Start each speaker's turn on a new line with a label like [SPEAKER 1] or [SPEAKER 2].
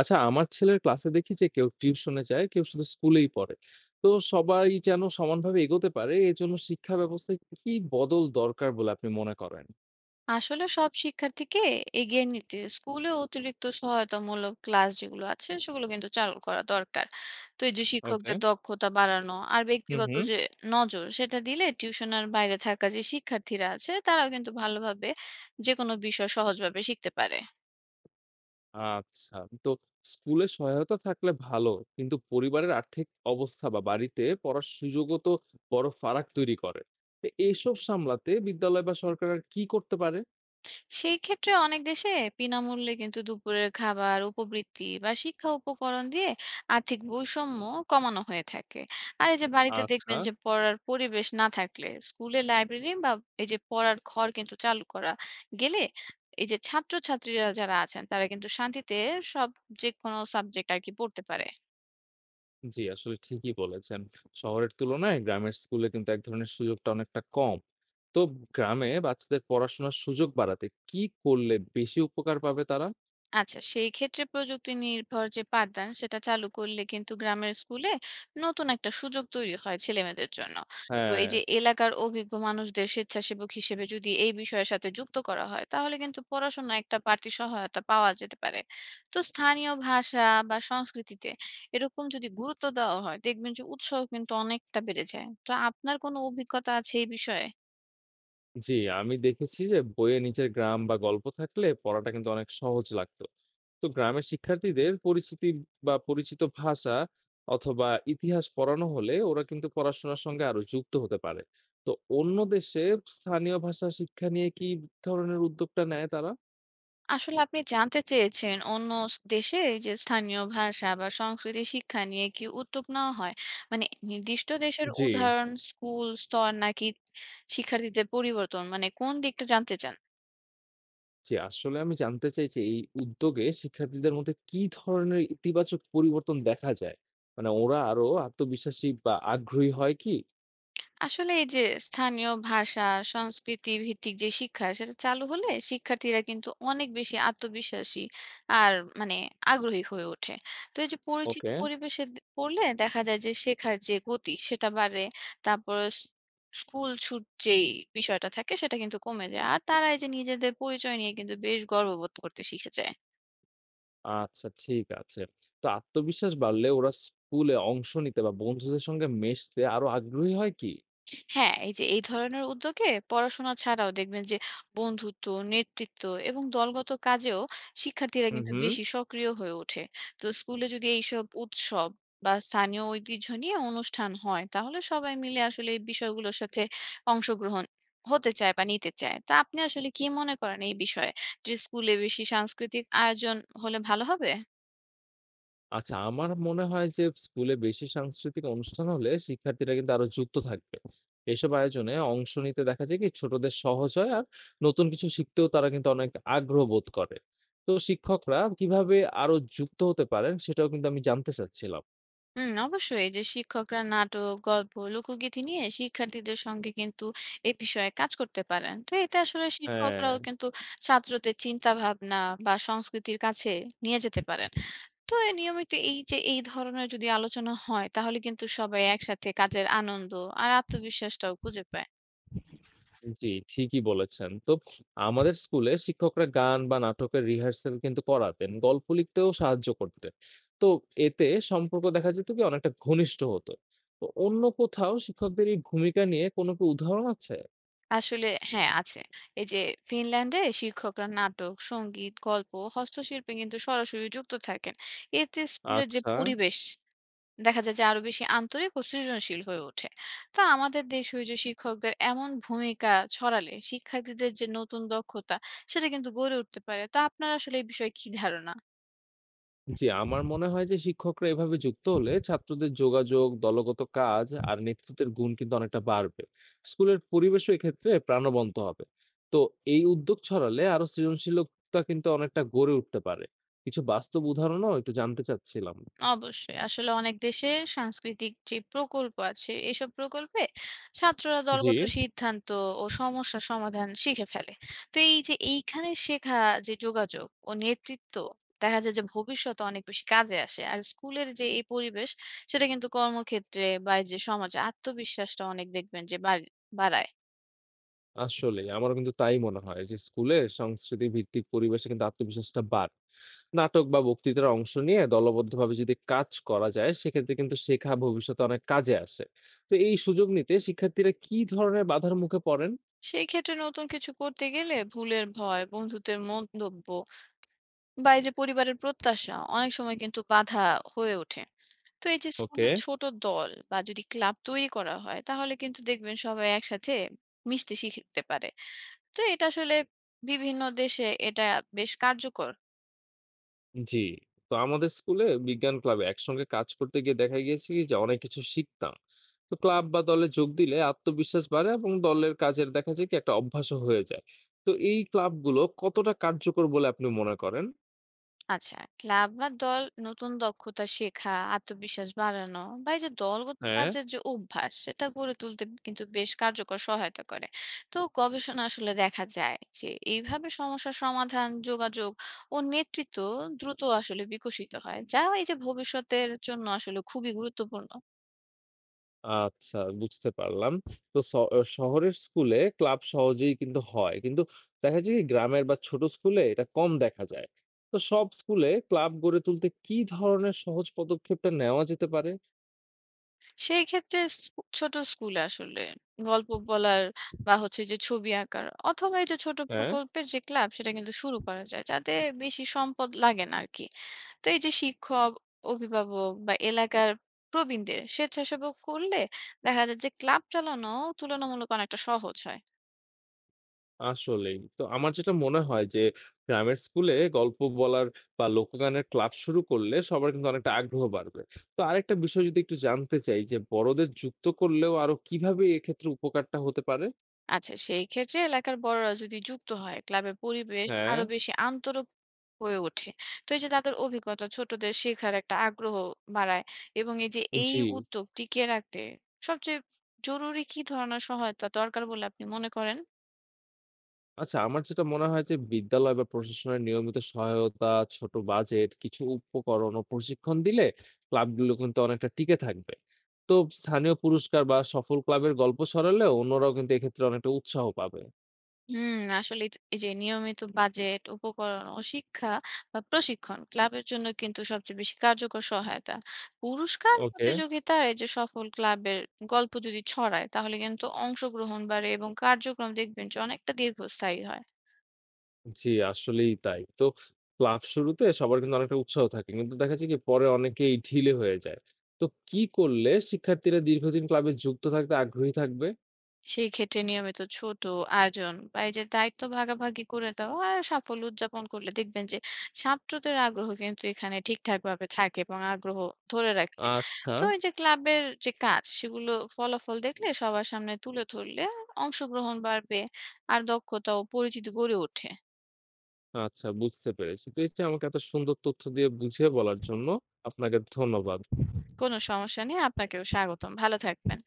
[SPEAKER 1] আচ্ছা, আমার ছেলের ক্লাসে দেখি যে কেউ টিউশনে যায়, কেউ শুধু স্কুলেই পড়ে। তো সবাই যেন সমানভাবে এগোতে পারে, এর জন্য শিক্ষা ব্যবস্থায় কি বদল দরকার বলে আপনি মনে করেন?
[SPEAKER 2] আসলে সব শিক্ষার্থীকে এগিয়ে নিতে স্কুলে অতিরিক্ত সহায়তামূলক ক্লাস যেগুলো আছে সেগুলো কিন্তু চালু করা দরকার। তো এই যে
[SPEAKER 1] ওকে।
[SPEAKER 2] শিক্ষকদের দক্ষতা বাড়ানো আর
[SPEAKER 1] হুম,
[SPEAKER 2] ব্যক্তিগত
[SPEAKER 1] হুম।
[SPEAKER 2] যে নজর সেটা দিলে টিউশনের বাইরে থাকা যে শিক্ষার্থীরা আছে তারাও কিন্তু ভালোভাবে যে কোনো বিষয় সহজভাবে শিখতে পারে।
[SPEAKER 1] আচ্ছা। তো স্কুলে সহায়তা থাকলে ভালো, কিন্তু পরিবারের আর্থিক অবস্থা বা বাড়িতে পড়ার সুযোগও তো বড় ফারাক তৈরি করে। তো এইসব সামলাতে বিদ্যালয় বা সরকার আর কি করতে পারে?
[SPEAKER 2] সেই ক্ষেত্রে অনেক দেশে বিনামূল্যে কিন্তু দুপুরের খাবার, উপবৃত্তি বা শিক্ষা উপকরণ দিয়ে আর্থিক বৈষম্য কমানো হয়ে থাকে। আর এই যে বাড়িতে
[SPEAKER 1] আচ্ছা।
[SPEAKER 2] দেখবেন যে পড়ার পরিবেশ না থাকলে স্কুলে লাইব্রেরি বা এই যে পড়ার ঘর কিন্তু চালু করা গেলে এই যে ছাত্রছাত্রীরা যারা আছেন তারা কিন্তু শান্তিতে সব যে কোনো সাবজেক্ট আর কি পড়তে পারে।
[SPEAKER 1] জি, আসলে ঠিকই বলেছেন। শহরের তুলনায় গ্রামের স্কুলে কিন্তু এক ধরনের সুযোগটা অনেকটা কম। তো গ্রামে বাচ্চাদের পড়াশোনার সুযোগ বাড়াতে কি করলে বেশি উপকার পাবে তারা?
[SPEAKER 2] আচ্ছা, সেই ক্ষেত্রে প্রযুক্তি নির্ভর যে পাঠদান সেটা চালু করলে কিন্তু গ্রামের স্কুলে নতুন একটা সুযোগ তৈরি হয় ছেলেমেয়েদের জন্য। তো
[SPEAKER 1] হ্যাঁ।
[SPEAKER 2] এই যে এলাকার অভিজ্ঞ মানুষদের স্বেচ্ছাসেবক হিসেবে যদি এই বিষয়ের সাথে যুক্ত করা হয় তাহলে কিন্তু পড়াশোনা একটা পার্টি সহায়তা পাওয়া যেতে পারে। তো স্থানীয় ভাষা বা সংস্কৃতিতে এরকম যদি গুরুত্ব দেওয়া হয় দেখবেন যে উৎসাহ কিন্তু অনেকটা বেড়ে যায়। তো আপনার কোনো অভিজ্ঞতা আছে এই বিষয়ে?
[SPEAKER 1] জি, আমি দেখেছি যে বইয়ে নিজের গ্রাম বা গল্প থাকলে পড়াটা কিন্তু অনেক সহজ লাগতো। তো গ্রামের শিক্ষার্থীদের পরিচিতি বা পরিচিত ভাষা অথবা ইতিহাস পড়ানো হলে ওরা কিন্তু পড়াশোনার সঙ্গে আরো যুক্ত হতে পারে। তো অন্য দেশে স্থানীয় ভাষা শিক্ষা নিয়ে কি ধরনের উদ্যোগটা নেয় তারা?
[SPEAKER 2] আসলে আপনি জানতে চেয়েছেন অন্য দেশে এই যে স্থানীয় ভাষা বা সংস্কৃতি শিক্ষা নিয়ে কি উদ্যোগ নেওয়া হয়, মানে নির্দিষ্ট দেশের
[SPEAKER 1] জি।
[SPEAKER 2] উদাহরণ, স্কুল স্তর নাকি শিক্ষার্থীদের পরিবর্তন, মানে কোন দিকটা জানতে চান?
[SPEAKER 1] জি, আসলে আমি জানতে চাই যে এই উদ্যোগে শিক্ষার্থীদের মধ্যে কি ধরনের ইতিবাচক পরিবর্তন দেখা যায়? মানে ওরা আরো আত্মবিশ্বাসী বা আগ্রহী হয় কি?
[SPEAKER 2] আসলে এই যে স্থানীয় ভাষা, সংস্কৃতি ভিত্তিক যে শিক্ষা সেটা চালু হলে শিক্ষার্থীরা কিন্তু অনেক বেশি আত্মবিশ্বাসী আর মানে আগ্রহী হয়ে ওঠে। তো এই যে পরিচিত
[SPEAKER 1] ওকে।
[SPEAKER 2] পরিবেশে পড়লে দেখা যায় যে শেখার যে গতি সেটা বাড়ে। তারপর স্কুল ছুট যেই বিষয়টা থাকে সেটা কিন্তু কমে যায় আর তারা এই যে নিজেদের পরিচয় নিয়ে কিন্তু বেশ গর্ববোধ করতে শিখে যায়।
[SPEAKER 1] আচ্ছা, ঠিক আছে। তো আত্মবিশ্বাস বাড়লে ওরা স্কুলে অংশ নিতে বা বন্ধুদের সঙ্গে মেশতে আরো আগ্রহী হয় কি?
[SPEAKER 2] হ্যাঁ, এই যে এই ধরনের উদ্যোগে পড়াশোনা ছাড়াও দেখবেন যে বন্ধুত্ব, নেতৃত্ব এবং দলগত কাজেও শিক্ষার্থীরা
[SPEAKER 1] হুম,
[SPEAKER 2] কিন্তু
[SPEAKER 1] হুম।
[SPEAKER 2] বেশি সক্রিয় হয়ে ওঠে। তো স্কুলে যদি এইসব উৎসব বা স্থানীয় ঐতিহ্য নিয়ে অনুষ্ঠান হয় তাহলে সবাই মিলে আসলে এই বিষয়গুলোর সাথে অংশগ্রহণ হতে চায় বা নিতে চায়। তা আপনি আসলে কি মনে করেন এই বিষয়ে, যে স্কুলে বেশি সাংস্কৃতিক আয়োজন হলে ভালো হবে?
[SPEAKER 1] আচ্ছা, আমার মনে হয় যে স্কুলে বেশি সাংস্কৃতিক অনুষ্ঠান হলে শিক্ষার্থীরা কিন্তু আরো যুক্ত থাকবে। এসব আয়োজনে অংশ নিতে দেখা যায় কি ছোটদের সহজ হয় আর নতুন কিছু শিখতেও তারা কিন্তু অনেক আগ্রহ বোধ করে। তো শিক্ষকরা কিভাবে আরো যুক্ত হতে পারেন সেটাও কিন্তু আমি জানতে চাচ্ছিলাম।
[SPEAKER 2] হুম, অবশ্যই এই যে শিক্ষকরা নাটক, গল্প, লোকগীতি নিয়ে শিক্ষার্থীদের সঙ্গে কিন্তু এ বিষয়ে কাজ করতে পারেন। তো এতে আসলে শিক্ষকরাও
[SPEAKER 1] হ্যাঁ।
[SPEAKER 2] কিন্তু ছাত্রদের চিন্তা ভাবনা বা সংস্কৃতির কাছে নিয়ে যেতে পারেন। তো এই নিয়মিত এই যে এই ধরনের যদি আলোচনা হয় তাহলে কিন্তু সবাই একসাথে কাজের আনন্দ আর আত্মবিশ্বাসটাও খুঁজে পায়।
[SPEAKER 1] জি, ঠিকই বলেছেন। তো আমাদের স্কুলে শিক্ষকরা গান বা নাটকের রিহার্সাল কিন্তু করাতেন। গল্প লিখতেও সাহায্য করতেন। তো এতে সম্পর্ক দেখা যেত কি অনেকটা ঘনিষ্ঠ হতো। তো অন্য কোথাও শিক্ষকদের এই ভূমিকা নিয়ে কোনো কি উদাহরণ আছে?
[SPEAKER 2] আসলে হ্যাঁ আছে, এই যে ফিনল্যান্ডে শিক্ষকরা নাটক, সঙ্গীত, গল্প, হস্তশিল্পে কিন্তু সরাসরি যুক্ত থাকেন। এতে স্কুলের যে
[SPEAKER 1] আচ্ছা।
[SPEAKER 2] পরিবেশ দেখা যায় যে আরো বেশি আন্তরিক ও সৃজনশীল হয়ে ওঠে। তো আমাদের দেশীয় যে শিক্ষকদের এমন ভূমিকা ছড়ালে শিক্ষার্থীদের যে নতুন দক্ষতা সেটা কিন্তু গড়ে উঠতে পারে। তা আপনার আসলে এই বিষয়ে কি ধারণা?
[SPEAKER 1] জি, আমার মনে হয় যে শিক্ষকরা এভাবে যুক্ত হলে ছাত্রদের যোগাযোগ, দলগত কাজ আর নেতৃত্বের গুণ কিন্তু অনেকটা বাড়বে। স্কুলের পরিবেশও এক্ষেত্রে প্রাণবন্ত হবে। তো এই উদ্যোগ ছড়ালে আরো সৃজনশীলতা কিন্তু অনেকটা গড়ে উঠতে পারে। কিছু বাস্তব উদাহরণও একটু জানতে চাচ্ছিলাম।
[SPEAKER 2] অবশ্যই। আসলে অনেক দেশে সাংস্কৃতিক যে প্রকল্প আছে, এসব প্রকল্পে ছাত্ররা
[SPEAKER 1] জি।
[SPEAKER 2] দলগত সিদ্ধান্ত ও সমস্যা সমাধান শিখে ফেলে। তো এই যে এইখানে শেখা যে যোগাযোগ ও নেতৃত্ব দেখা যায় যে ভবিষ্যতে অনেক বেশি কাজে আসে। আর স্কুলের যে এই পরিবেশ সেটা কিন্তু কর্মক্ষেত্রে বা এই যে সমাজে আত্মবিশ্বাসটা অনেক দেখবেন যে বাড়ায়।
[SPEAKER 1] আসলেই আমারও কিন্তু তাই মনে হয় যে স্কুলে সংস্কৃতি ভিত্তিক পরিবেশে কিন্তু আত্মবিশ্বাসটা বাড়ে। নাটক বা বক্তৃতার অংশ নিয়ে দলবদ্ধভাবে যদি কাজ করা যায়, সেক্ষেত্রে কিন্তু শেখা ভবিষ্যতে অনেক কাজে আসে। তো এই সুযোগ নিতে শিক্ষার্থীরা কি ধরনের বাধার মুখে পড়েন?
[SPEAKER 2] সেই ক্ষেত্রে নতুন কিছু করতে গেলে ভুলের ভয়, বন্ধুত্বের মন্তব্য বা এই যে পরিবারের প্রত্যাশা অনেক সময় কিন্তু বাধা হয়ে ওঠে। তো এই যে
[SPEAKER 1] ওকে।
[SPEAKER 2] স্কুলের ছোট দল বা যদি ক্লাব তৈরি করা হয় তাহলে কিন্তু দেখবেন সবাই একসাথে মিশতে শিখতে পারে। তো এটা আসলে বিভিন্ন দেশে এটা বেশ কার্যকর।
[SPEAKER 1] জি। তো আমাদের স্কুলে বিজ্ঞান ক্লাবে একসঙ্গে কাজ করতে গিয়ে দেখা গিয়েছে কি যে অনেক কিছু শিখতাম। তো ক্লাব বা দলে যোগ দিলে আত্মবিশ্বাস বাড়ে এবং দলের কাজের দেখা যায় কি একটা অভ্যাসও হয়ে যায়। তো এই ক্লাবগুলো কতটা কার্যকর বলে আপনি মনে করেন?
[SPEAKER 2] আচ্ছা, ক্লাব বা দল নতুন দক্ষতা শেখা, আত্মবিশ্বাস বাড়ানো বা এই যে দলগত
[SPEAKER 1] হ্যাঁ।
[SPEAKER 2] কাজের যে অভ্যাস সেটা গড়ে তুলতে কিন্তু বেশ কার্যকর সহায়তা করে। তো গবেষণা আসলে দেখা যায় যে এইভাবে সমস্যার সমাধান, যোগাযোগ ও নেতৃত্ব দ্রুত আসলে বিকশিত হয়, যা এই যে ভবিষ্যতের জন্য আসলে খুবই গুরুত্বপূর্ণ।
[SPEAKER 1] আচ্ছা, বুঝতে পারলাম। তো শহরের স্কুলে ক্লাব সহজেই কিন্তু হয়। কিন্তু দেখা যায় কি গ্রামের বা ছোট স্কুলে এটা কম দেখা যায়। তো সব স্কুলে ক্লাব গড়ে তুলতে কি ধরনের সহজ পদক্ষেপটা নেওয়া যেতে পারে?
[SPEAKER 2] সেই ক্ষেত্রে ছোট স্কুলে আসলে গল্প বলার বা হচ্ছে যে ছবি আঁকার অথবা এই যে ছোট
[SPEAKER 1] হ্যাঁ।
[SPEAKER 2] প্রকল্পের যে ক্লাব সেটা কিন্তু শুরু করা যায়, যাতে বেশি সম্পদ লাগে না আর কি। তো এই যে শিক্ষক, অভিভাবক বা এলাকার প্রবীণদের স্বেচ্ছাসেবক করলে দেখা যায় যে ক্লাব চালানো তুলনামূলক অনেকটা সহজ হয়।
[SPEAKER 1] আসলেই। তো আমার যেটা মনে হয় যে গ্রামের স্কুলে গল্প বলার বা লোকগানের ক্লাব শুরু করলে সবার কিন্তু অনেকটা আগ্রহ বাড়বে। তো আরেকটা বিষয় যদি একটু জানতে চাই যে বড়দের যুক্ত করলেও আরো কিভাবে এক্ষেত্রে উপকারটা হতে পারে?
[SPEAKER 2] আচ্ছা, সেই ক্ষেত্রে এলাকার বড়রা যদি যুক্ত হয়, ক্লাবের পরিবেশ
[SPEAKER 1] হ্যাঁ।
[SPEAKER 2] আরো বেশি আন্তরক হয়ে ওঠে। তো এই যে তাদের অভিজ্ঞতা ছোটদের শেখার একটা আগ্রহ বাড়ায় এবং এই যে এই
[SPEAKER 1] জি।
[SPEAKER 2] উদ্যোগ টিকিয়ে রাখতে সবচেয়ে জরুরি কি ধরনের সহায়তা দরকার বলে আপনি মনে করেন?
[SPEAKER 1] আচ্ছা, আমার যেটা মনে হয় যে বিদ্যালয় বা প্রশাসনের নিয়মিত সহায়তা, ছোট বাজেট, কিছু উপকরণ ও প্রশিক্ষণ দিলে ক্লাবগুলো কিন্তু অনেকটা টিকে থাকবে। তো স্থানীয় পুরস্কার বা সফল ক্লাবের গল্প ছড়ালে অন্যরাও কিন্তু এক্ষেত্রে অনেকটা উৎসাহ পাবে।
[SPEAKER 2] হুম, আসলে এই যে নিয়মিত বাজেট, উপকরণ ও শিক্ষা বা প্রশিক্ষণ ক্লাবের জন্য কিন্তু সবচেয়ে বেশি কার্যকর সহায়তা। পুরস্কার,
[SPEAKER 1] ওকে।
[SPEAKER 2] প্রতিযোগিতার এই যে সফল ক্লাবের গল্প যদি ছড়ায় তাহলে কিন্তু অংশগ্রহণ বাড়ে এবং কার্যক্রম দেখবেন যে অনেকটা দীর্ঘস্থায়ী হয়।
[SPEAKER 1] জি, আসলেই তাই। তো ক্লাব শুরুতে সবার কিন্তু অনেকটা উৎসাহ থাকে। কিন্তু দেখা যায় কি পরে অনেকেই ঢিলে হয়ে যায়। তো কি করলে শিক্ষার্থীরা দীর্ঘদিন ক্লাবে যুক্ত থাকতে আগ্রহী থাকবে?
[SPEAKER 2] সেই ক্ষেত্রে নিয়মিত ছোট আয়োজন বা এই যে দায়িত্ব ভাগাভাগি করে দেওয়া আর সাফল্য উদযাপন করলে দেখবেন যে ছাত্রদের আগ্রহ কিন্তু এখানে ঠিকঠাক ভাবে থাকে এবং আগ্রহ ধরে রাখে।
[SPEAKER 1] আচ্ছা।
[SPEAKER 2] তো এই যে ক্লাবের যে কাজ সেগুলো ফলাফল দেখলে সবার সামনে তুলে ধরলে অংশগ্রহণ বাড়বে আর দক্ষতা ও পরিচিতি গড়ে ওঠে।
[SPEAKER 1] আচ্ছা, বুঝতে পেরেছি। তো এই যে আমাকে এত সুন্দর তথ্য দিয়ে বুঝিয়ে বলার জন্য আপনাকে ধন্যবাদ।
[SPEAKER 2] কোনো সমস্যা নেই, আপনাকেও স্বাগতম, ভালো থাকবেন।